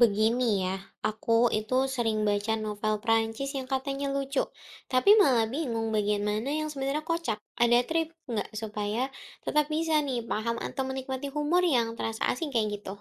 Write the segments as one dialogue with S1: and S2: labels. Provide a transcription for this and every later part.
S1: Begini ya, aku itu sering baca novel Prancis yang katanya lucu, tapi malah bingung bagian mana yang sebenarnya kocak. Ada trik nggak supaya tetap bisa nih paham atau menikmati humor yang terasa asing kayak gitu?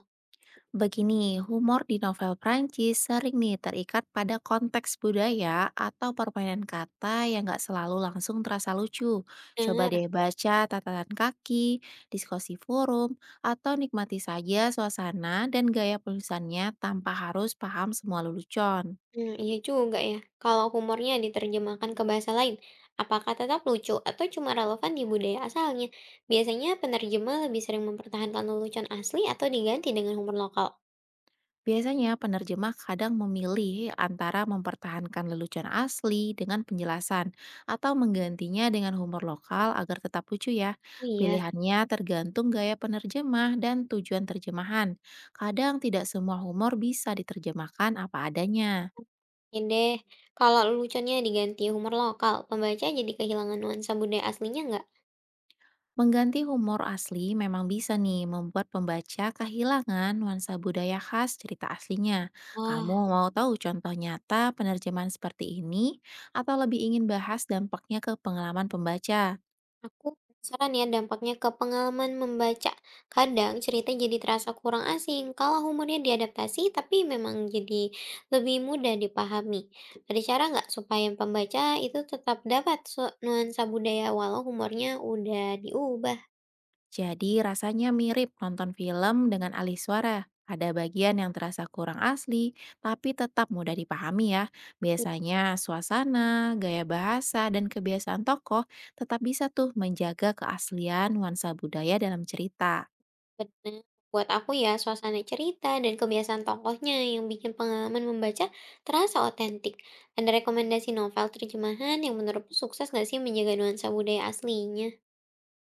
S2: Begini, humor di novel Prancis sering nih terikat pada konteks budaya atau permainan kata yang nggak selalu langsung terasa lucu. Coba
S1: Bener,
S2: deh baca catatan kaki, diskusi forum, atau nikmati saja suasana dan gaya penulisannya tanpa harus paham semua lelucon.
S1: hmm, iya juga ya. Kalau humornya diterjemahkan ke bahasa lain, apakah tetap lucu atau cuma relevan di budaya asalnya? Biasanya penerjemah lebih sering mempertahankan lelucon asli atau diganti dengan humor lokal.
S2: Biasanya penerjemah kadang memilih antara mempertahankan lelucon asli dengan penjelasan atau menggantinya dengan humor lokal agar tetap lucu ya.
S1: Oh iya.
S2: Pilihannya tergantung gaya penerjemah dan tujuan terjemahan. Kadang tidak semua humor bisa diterjemahkan apa adanya.
S1: Oke deh, kalau leluconnya diganti humor lokal, pembaca jadi kehilangan nuansa budaya aslinya nggak?
S2: Mengganti humor asli memang bisa nih membuat pembaca kehilangan nuansa budaya khas cerita aslinya. Kamu
S1: Wah,
S2: mau tahu contoh nyata penerjemahan seperti ini atau lebih ingin bahas dampaknya ke pengalaman pembaca?
S1: aku penasaran ya dampaknya ke pengalaman membaca. Kadang cerita jadi terasa kurang asing kalau humornya diadaptasi, tapi memang jadi lebih mudah dipahami. Ada cara nggak supaya pembaca itu tetap dapat nuansa budaya walau humornya udah diubah?
S2: Jadi rasanya mirip nonton film dengan alih suara. Ada bagian yang terasa kurang asli, tapi tetap mudah dipahami ya. Biasanya suasana, gaya bahasa, dan kebiasaan tokoh tetap bisa tuh menjaga keaslian nuansa budaya dalam cerita.
S1: Bener. Buat aku ya, suasana cerita dan kebiasaan tokohnya yang bikin pengalaman membaca terasa otentik. Ada rekomendasi novel terjemahan yang menurutmu sukses nggak sih menjaga nuansa budaya aslinya?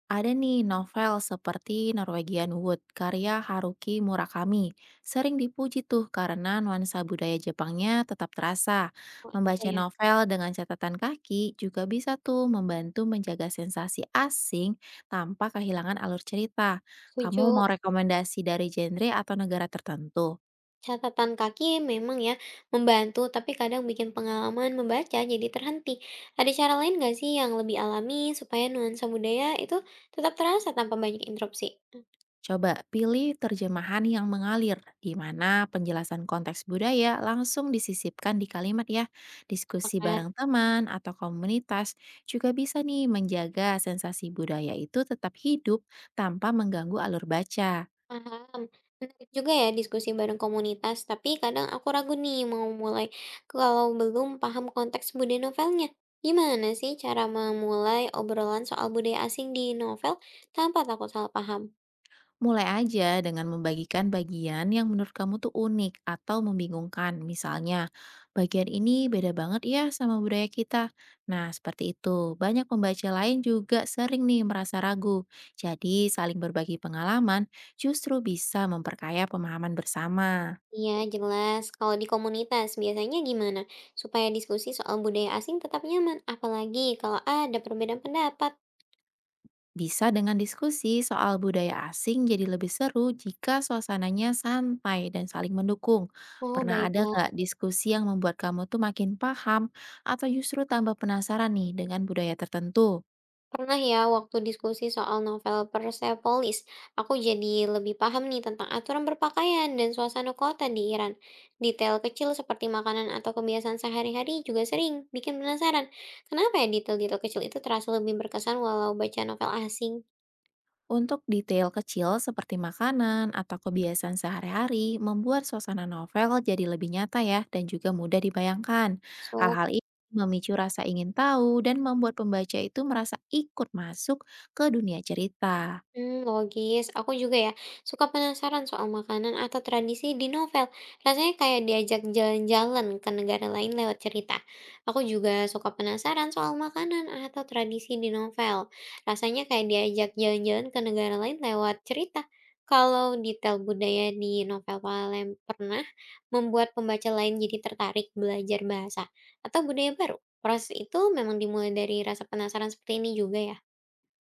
S2: Ada nih novel seperti Norwegian Wood karya Haruki Murakami. Sering dipuji tuh karena nuansa budaya Jepangnya tetap terasa.
S1: Oh, ada
S2: Membaca
S1: ya.
S2: novel dengan catatan kaki juga bisa tuh membantu menjaga sensasi asing tanpa kehilangan alur cerita. Kamu
S1: Setuju.
S2: mau rekomendasi dari genre atau negara tertentu?
S1: Catatan kaki memang ya membantu, tapi kadang bikin pengalaman membaca jadi terhenti. Ada cara lain nggak sih yang lebih alami supaya nuansa budaya itu tetap terasa tanpa banyak interupsi?
S2: Coba pilih terjemahan yang mengalir, di mana penjelasan konteks budaya langsung disisipkan di kalimat ya. Diskusi
S1: Sepakat.
S2: bareng teman atau komunitas juga bisa nih menjaga sensasi budaya itu tetap hidup tanpa mengganggu alur baca.
S1: Paham. Menarik juga ya diskusi bareng komunitas, tapi kadang aku ragu nih mau mulai kalau belum paham konteks budaya novelnya. Gimana sih cara memulai obrolan soal budaya asing di novel tanpa takut salah paham?
S2: Mulai aja dengan membagikan bagian yang menurut kamu tuh unik atau membingungkan. Misalnya, bagian ini beda banget ya sama budaya kita. Nah, seperti itu. Banyak pembaca lain juga sering nih merasa ragu. Jadi, saling berbagi pengalaman justru bisa memperkaya pemahaman bersama.
S1: Iya, jelas. Kalau di komunitas biasanya gimana? Supaya diskusi soal budaya asing tetap nyaman, apalagi kalau ada perbedaan pendapat.
S2: Bisa dengan diskusi soal budaya asing jadi lebih seru jika suasananya santai dan saling mendukung.
S1: Oh,
S2: Pernah ada
S1: baiklah.
S2: nggak diskusi yang membuat kamu tuh makin paham atau justru tambah penasaran nih dengan budaya tertentu?
S1: Pernah ya, waktu diskusi soal novel Persepolis, aku jadi lebih paham nih tentang aturan berpakaian dan suasana kota di Iran. Detail kecil seperti makanan atau kebiasaan sehari-hari juga sering bikin penasaran. Kenapa ya detail-detail kecil itu terasa lebih berkesan walau baca novel asing?
S2: Untuk detail kecil seperti makanan atau kebiasaan sehari-hari membuat suasana novel jadi lebih nyata ya dan juga mudah dibayangkan.
S1: So,
S2: Hal-hal ini memicu rasa ingin tahu dan membuat pembaca itu merasa ikut masuk ke dunia cerita.
S1: Logis. Aku juga ya, suka penasaran soal makanan atau tradisi di novel. Rasanya kayak diajak jalan-jalan ke negara lain lewat cerita. Aku juga suka penasaran soal makanan atau tradisi di novel. Rasanya kayak diajak jalan-jalan ke negara lain lewat cerita. Kalau detail budaya di novel Palem pernah membuat pembaca lain jadi tertarik belajar bahasa atau budaya baru. Proses itu memang dimulai dari rasa penasaran seperti ini juga ya?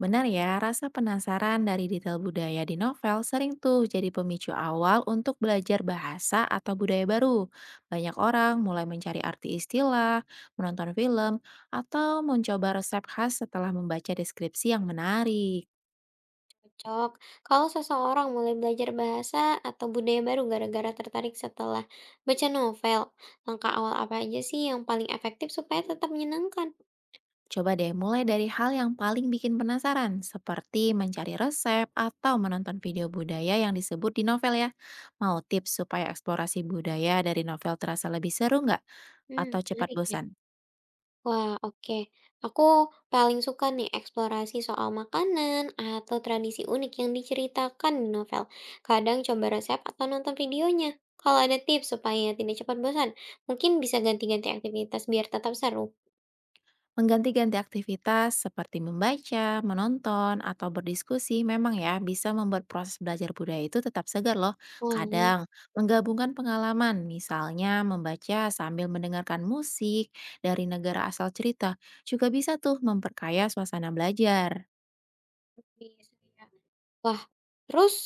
S2: Benar ya, rasa penasaran dari detail budaya di novel sering tuh jadi pemicu awal untuk belajar bahasa atau budaya baru. Banyak orang mulai mencari arti istilah, menonton film, atau mencoba resep khas setelah membaca deskripsi yang menarik.
S1: Cocok. Kalau seseorang mulai belajar bahasa atau budaya baru gara-gara tertarik setelah baca novel, langkah awal apa aja sih yang paling efektif supaya tetap menyenangkan?
S2: Coba deh mulai dari hal yang paling bikin penasaran, seperti mencari resep atau menonton video budaya yang disebut di novel ya. Mau tips supaya eksplorasi budaya dari novel terasa lebih seru nggak? Atau cepat
S1: Menarik ya.
S2: bosan?
S1: Wah, oke. Aku paling suka nih eksplorasi soal makanan atau tradisi unik yang diceritakan di novel. Kadang coba resep atau nonton videonya. Kalau ada tips supaya tidak cepat bosan, mungkin bisa ganti-ganti aktivitas biar tetap seru.
S2: Mengganti-ganti aktivitas seperti membaca, menonton, atau berdiskusi memang ya bisa membuat proses belajar budaya itu tetap segar loh.
S1: Boleh.
S2: Kadang menggabungkan pengalaman, misalnya membaca sambil mendengarkan musik dari negara asal cerita, juga bisa tuh memperkaya suasana belajar.
S1: Bisa ya. Wah, terus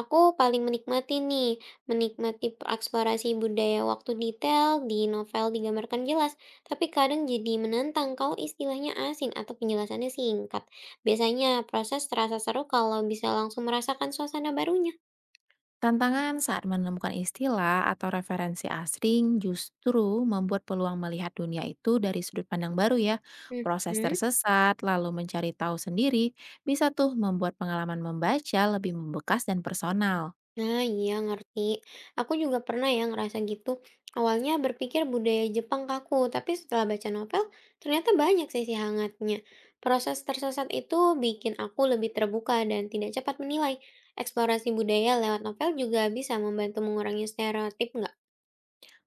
S1: aku paling menikmati eksplorasi budaya waktu detail di novel digambarkan jelas, tapi kadang jadi menantang kalau istilahnya asing atau penjelasannya singkat. Biasanya proses terasa seru kalau bisa langsung merasakan suasana barunya.
S2: Tantangan saat menemukan istilah atau referensi asing justru membuat peluang melihat dunia itu dari sudut pandang baru ya. Proses
S1: Mhm.
S2: tersesat, lalu mencari tahu sendiri, bisa tuh membuat pengalaman membaca lebih membekas dan personal.
S1: Nah, iya ngerti. Aku juga pernah ya ngerasa gitu. Awalnya berpikir budaya Jepang kaku, tapi setelah baca novel, ternyata banyak sisi hangatnya. Proses tersesat itu bikin aku lebih terbuka dan tidak cepat menilai. Eksplorasi budaya lewat novel juga bisa membantu mengurangi stereotip nggak?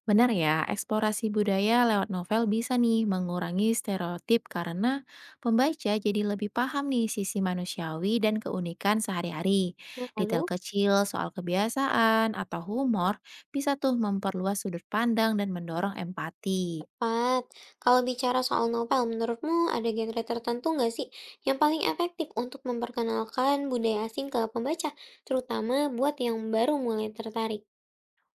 S2: Benar ya, eksplorasi budaya lewat novel bisa nih mengurangi stereotip karena pembaca jadi lebih paham nih sisi manusiawi dan keunikan sehari-hari.
S1: Nah,
S2: Detail
S1: Lalu,
S2: kecil soal kebiasaan atau humor bisa tuh memperluas sudut pandang dan mendorong empati.
S1: Pat, kalau bicara soal novel, menurutmu ada genre tertentu nggak sih yang paling efektif untuk memperkenalkan budaya asing ke pembaca, terutama buat yang baru mulai tertarik?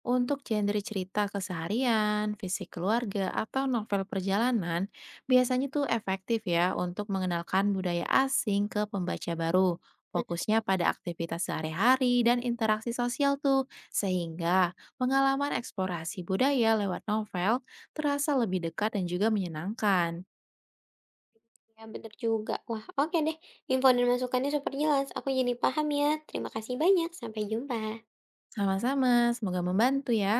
S2: Untuk genre cerita keseharian, fisik keluarga, atau novel perjalanan, biasanya tuh efektif ya untuk mengenalkan budaya asing ke pembaca baru. Fokusnya pada aktivitas sehari-hari dan interaksi sosial tuh, sehingga pengalaman eksplorasi budaya lewat novel terasa lebih dekat dan juga menyenangkan.
S1: Ya bener juga. Wah oke deh, info dan masukannya super jelas. Aku jadi paham ya. Terima kasih banyak, sampai jumpa.
S2: Sama-sama, semoga membantu ya.